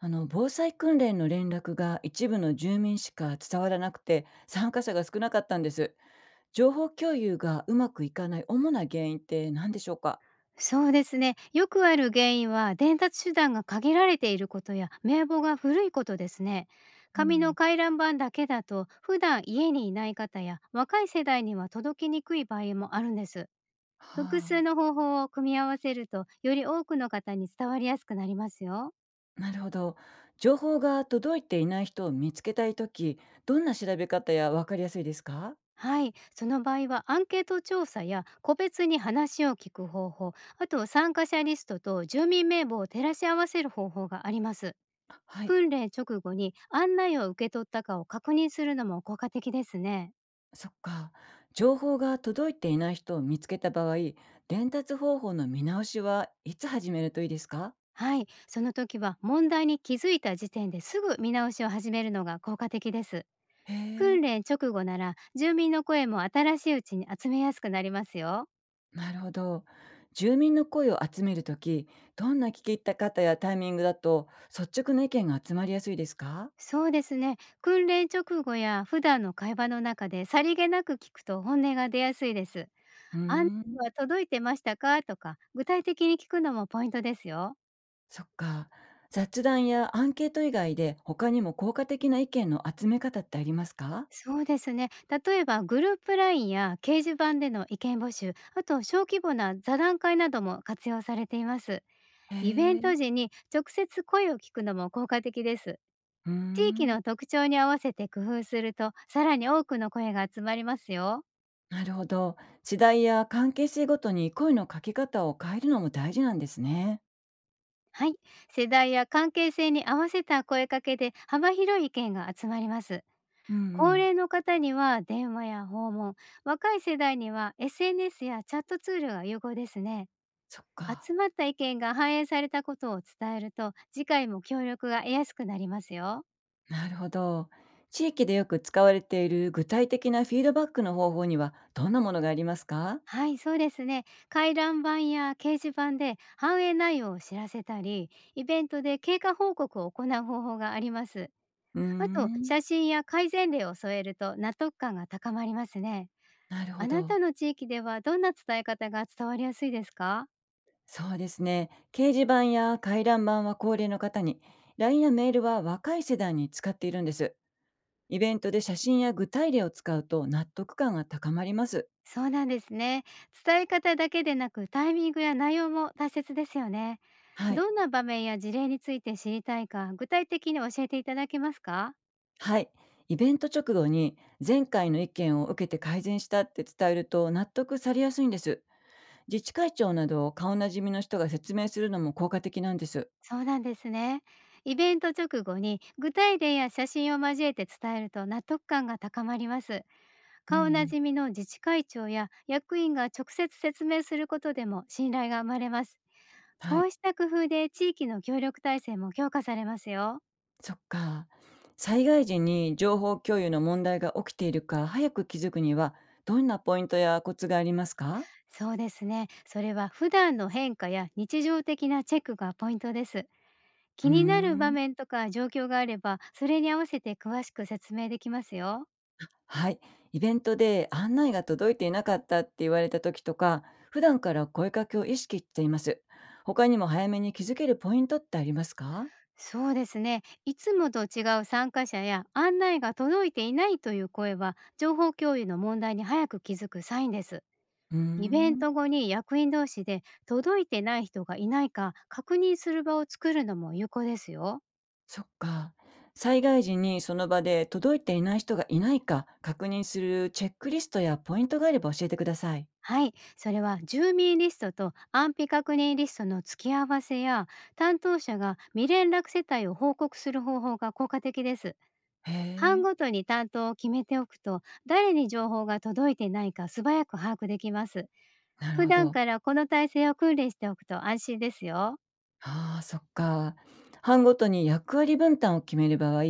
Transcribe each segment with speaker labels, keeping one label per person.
Speaker 1: 防災訓練の連絡が一部の住民しか伝わらなくて、参加者が少なかったんです。情報共有がうまくいかない主な原因って何でしょうか？
Speaker 2: そうですね。よくある原因は伝達手段が限られていることや名簿が古いことですね。
Speaker 1: う
Speaker 2: 紙の
Speaker 1: ん、
Speaker 2: 回覧板だけだと普段家にいない方や若い世代には届きにくい場合もあるんです。
Speaker 1: は
Speaker 2: 複数
Speaker 1: あ、
Speaker 2: の方法を組み合わせるとより多くの方に伝わりやすくなりますよ。
Speaker 1: なるほど。情報が届いていない人を見つけたいとき、どんな調べ方やわかりやすいですか？
Speaker 2: はい、その場合はアンケート調査や個別に話を聞く方法、あと参加者リストと住民名簿を照らし合わせる方法があります。
Speaker 1: あ、はい。
Speaker 2: 訓練直後に案内を受け取ったかを確認するのも効果的ですね。
Speaker 1: そっか。情報が届いていない人を見つけた場合、伝達方法の見直しはいつ始めるといいですか？
Speaker 2: はい、その時は問題に気づいた時点ですぐ見直しを始めるのが効果的です。
Speaker 1: へ
Speaker 2: 訓
Speaker 1: え、
Speaker 2: 練直後なら住民の声も新しいうちに集めやすくなりますよ。
Speaker 1: なるほど。住民の声を集めるとき、どんな聞き入った方やタイミングだと率直な意見が集まりやすいですか？
Speaker 2: そうですね。訓練直後や普段の会話の中でさりげなく聞くと本音が出やすいです。
Speaker 1: うー
Speaker 2: 案内
Speaker 1: ん、
Speaker 2: は届いてましたかとか、具体的に聞くのもポイントですよ。
Speaker 1: そっか。雑談やアンケート以外で他にも効果的な意見の集め方ってありますか？
Speaker 2: そうですね。例えばグループラインや掲示板での意見募集、あと小規模な座談会なども活用されています。
Speaker 1: へ
Speaker 2: イベント
Speaker 1: え、
Speaker 2: 時に直接声を聞くのも効果的です。
Speaker 1: うー
Speaker 2: 地域
Speaker 1: ん、
Speaker 2: の特徴に合わせて工夫すると、さらに多くの声が集まりますよ。
Speaker 1: なるほど。時代や関係性ごとに声のかけ方を変えるのも大事なんですね。
Speaker 2: はい。世代や関係性に合わせた声かけで幅広い意見が集まります。
Speaker 1: うんう
Speaker 2: 高
Speaker 1: ん、
Speaker 2: 齢の方には電話や訪問、若い世代には SNS やチャットツールが有効ですね。
Speaker 1: そっか。
Speaker 2: 集まった意見が反映されたことを伝えると、次回も協力が得やすくなりますよ。
Speaker 1: なるほど。地域でよく使われている具体的なフィードバックの方法にはどんなものがありますか？
Speaker 2: はい、そうですね。回覧板や掲示板で反映内容を知らせたり、イベントで経過報告を行う方法があります。
Speaker 1: うー
Speaker 2: あと、
Speaker 1: ん、
Speaker 2: 写真や改善例を添えると納得感が高まりますね。
Speaker 1: なる
Speaker 2: あ
Speaker 1: ほ
Speaker 2: なた
Speaker 1: ど。
Speaker 2: の地域ではどんな伝え方が伝わりやすいですか？
Speaker 1: そうですね。掲示板や回覧板は高齢の方に、LINE やメールは若い世代に使っているんです。イベントで写真や具体例を使うと納得感が高まります。
Speaker 2: そうなんですね。伝え方だけでなく、タイミングや内容も大切ですよね。
Speaker 1: はい。
Speaker 2: どんな場面や事例について知りたいか、具体的に教えていただけますか？
Speaker 1: はい。イベント直後に前回の意見を受けて改善したって伝えると納得されやすいんです。自治会長など顔なじみの人が説明するのも効果的なんです。
Speaker 2: そうなんですね。イベント直後に具体例や写真を交えて伝えると納得感が高まります。
Speaker 1: う
Speaker 2: 顔
Speaker 1: んう
Speaker 2: な
Speaker 1: ん。
Speaker 2: じみの自治会長や役員が直接説明することでも信頼が生まれます。
Speaker 1: は
Speaker 2: こ
Speaker 1: い。
Speaker 2: うした工夫で地域の協力体制も強化されますよ。
Speaker 1: そっか。災害時に情報共有の問題が起きているか早く気づくには、どんなポイントやコツがありますか？
Speaker 2: そうですね。それは普段の変化や日常的なチェックがポイントです。
Speaker 1: う
Speaker 2: 気
Speaker 1: ー
Speaker 2: になる場
Speaker 1: ん。
Speaker 2: 面とか状況があれば、それに合わせて詳しく説明できますよ。
Speaker 1: はい。イベントで案内が届いていなかったって言われた時とか、普段から声かけを意識しています。他にも早めに気づけるポイントってありますか？
Speaker 2: そうですね。いつもと違う参加者や案内が届いていないという声は、情報共有の問題に早く気づくサインです。
Speaker 1: うー
Speaker 2: イベン
Speaker 1: ん。
Speaker 2: ト後に役員同士で届いてない人がいないか確認する場を作るのも有効ですよ。
Speaker 1: そっか。災害時にその場で届いていない人がいないか確認するチェックリストやポイントがあれば教えてください。
Speaker 2: はい、それは住民リストと安否確認リストの付き合わせや、担当者が未連絡世帯を報告する方法が効果的です。
Speaker 1: へ
Speaker 2: 班
Speaker 1: え、
Speaker 2: ごとに担当を決めておくと、誰に情報が届いてないか素早く把握できます。
Speaker 1: なる
Speaker 2: 普
Speaker 1: ほ
Speaker 2: 段
Speaker 1: ど。
Speaker 2: からこの体制を訓練しておくと安心ですよ。
Speaker 1: ああ、そっか。班ごとに役割分担を決める場合、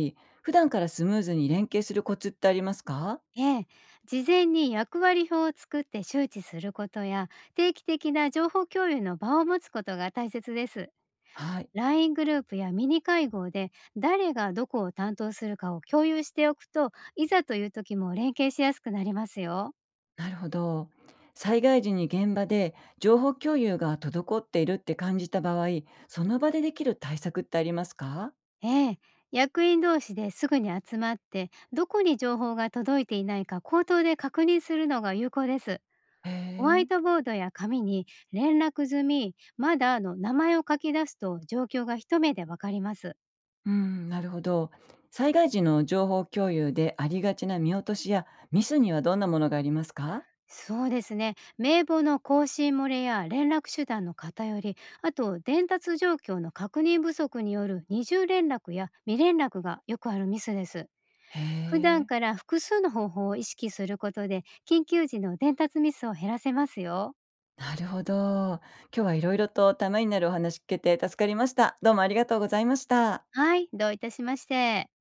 Speaker 1: 普段からスムーズに連携するコツってありますか？
Speaker 2: ええ、事前に役割表を作って周知することや、定期的な情報共有の場を持つことが大切です。
Speaker 1: はい、
Speaker 2: LINE グループやミニ会合で誰がどこを担当するかを共有しておくと、いざという時も連携しやすくなりますよ。
Speaker 1: なるほど。災害時に現場で情報共有が滞っているって感じた場合、その場でできる対策ってありますか？
Speaker 2: ええ、役員同士ですぐに集まってどこに情報が届いていないか口頭で確認するのが有効です。
Speaker 1: へ
Speaker 2: ホワイ
Speaker 1: え。
Speaker 2: トボードや紙に連絡済みまだの名前を書き出すと、状況が一目でわかります。
Speaker 1: うん、なるほど。災害時の情報共有でありがちな見落としやミスにはどんなものがありますか？
Speaker 2: そうですね。名簿の更新漏れや連絡手段の偏り、あと伝達状況の確認不足による二重連絡や未連絡がよくあるミスです。
Speaker 1: へ
Speaker 2: 普段
Speaker 1: え、
Speaker 2: から複数の方法を意識することで、緊急時の伝達ミスを減らせますよ。
Speaker 1: なるほど。今日はいろいろとためになるお話聞けて助かりました。どうもありがとうございました。
Speaker 2: はい、どういたしまして。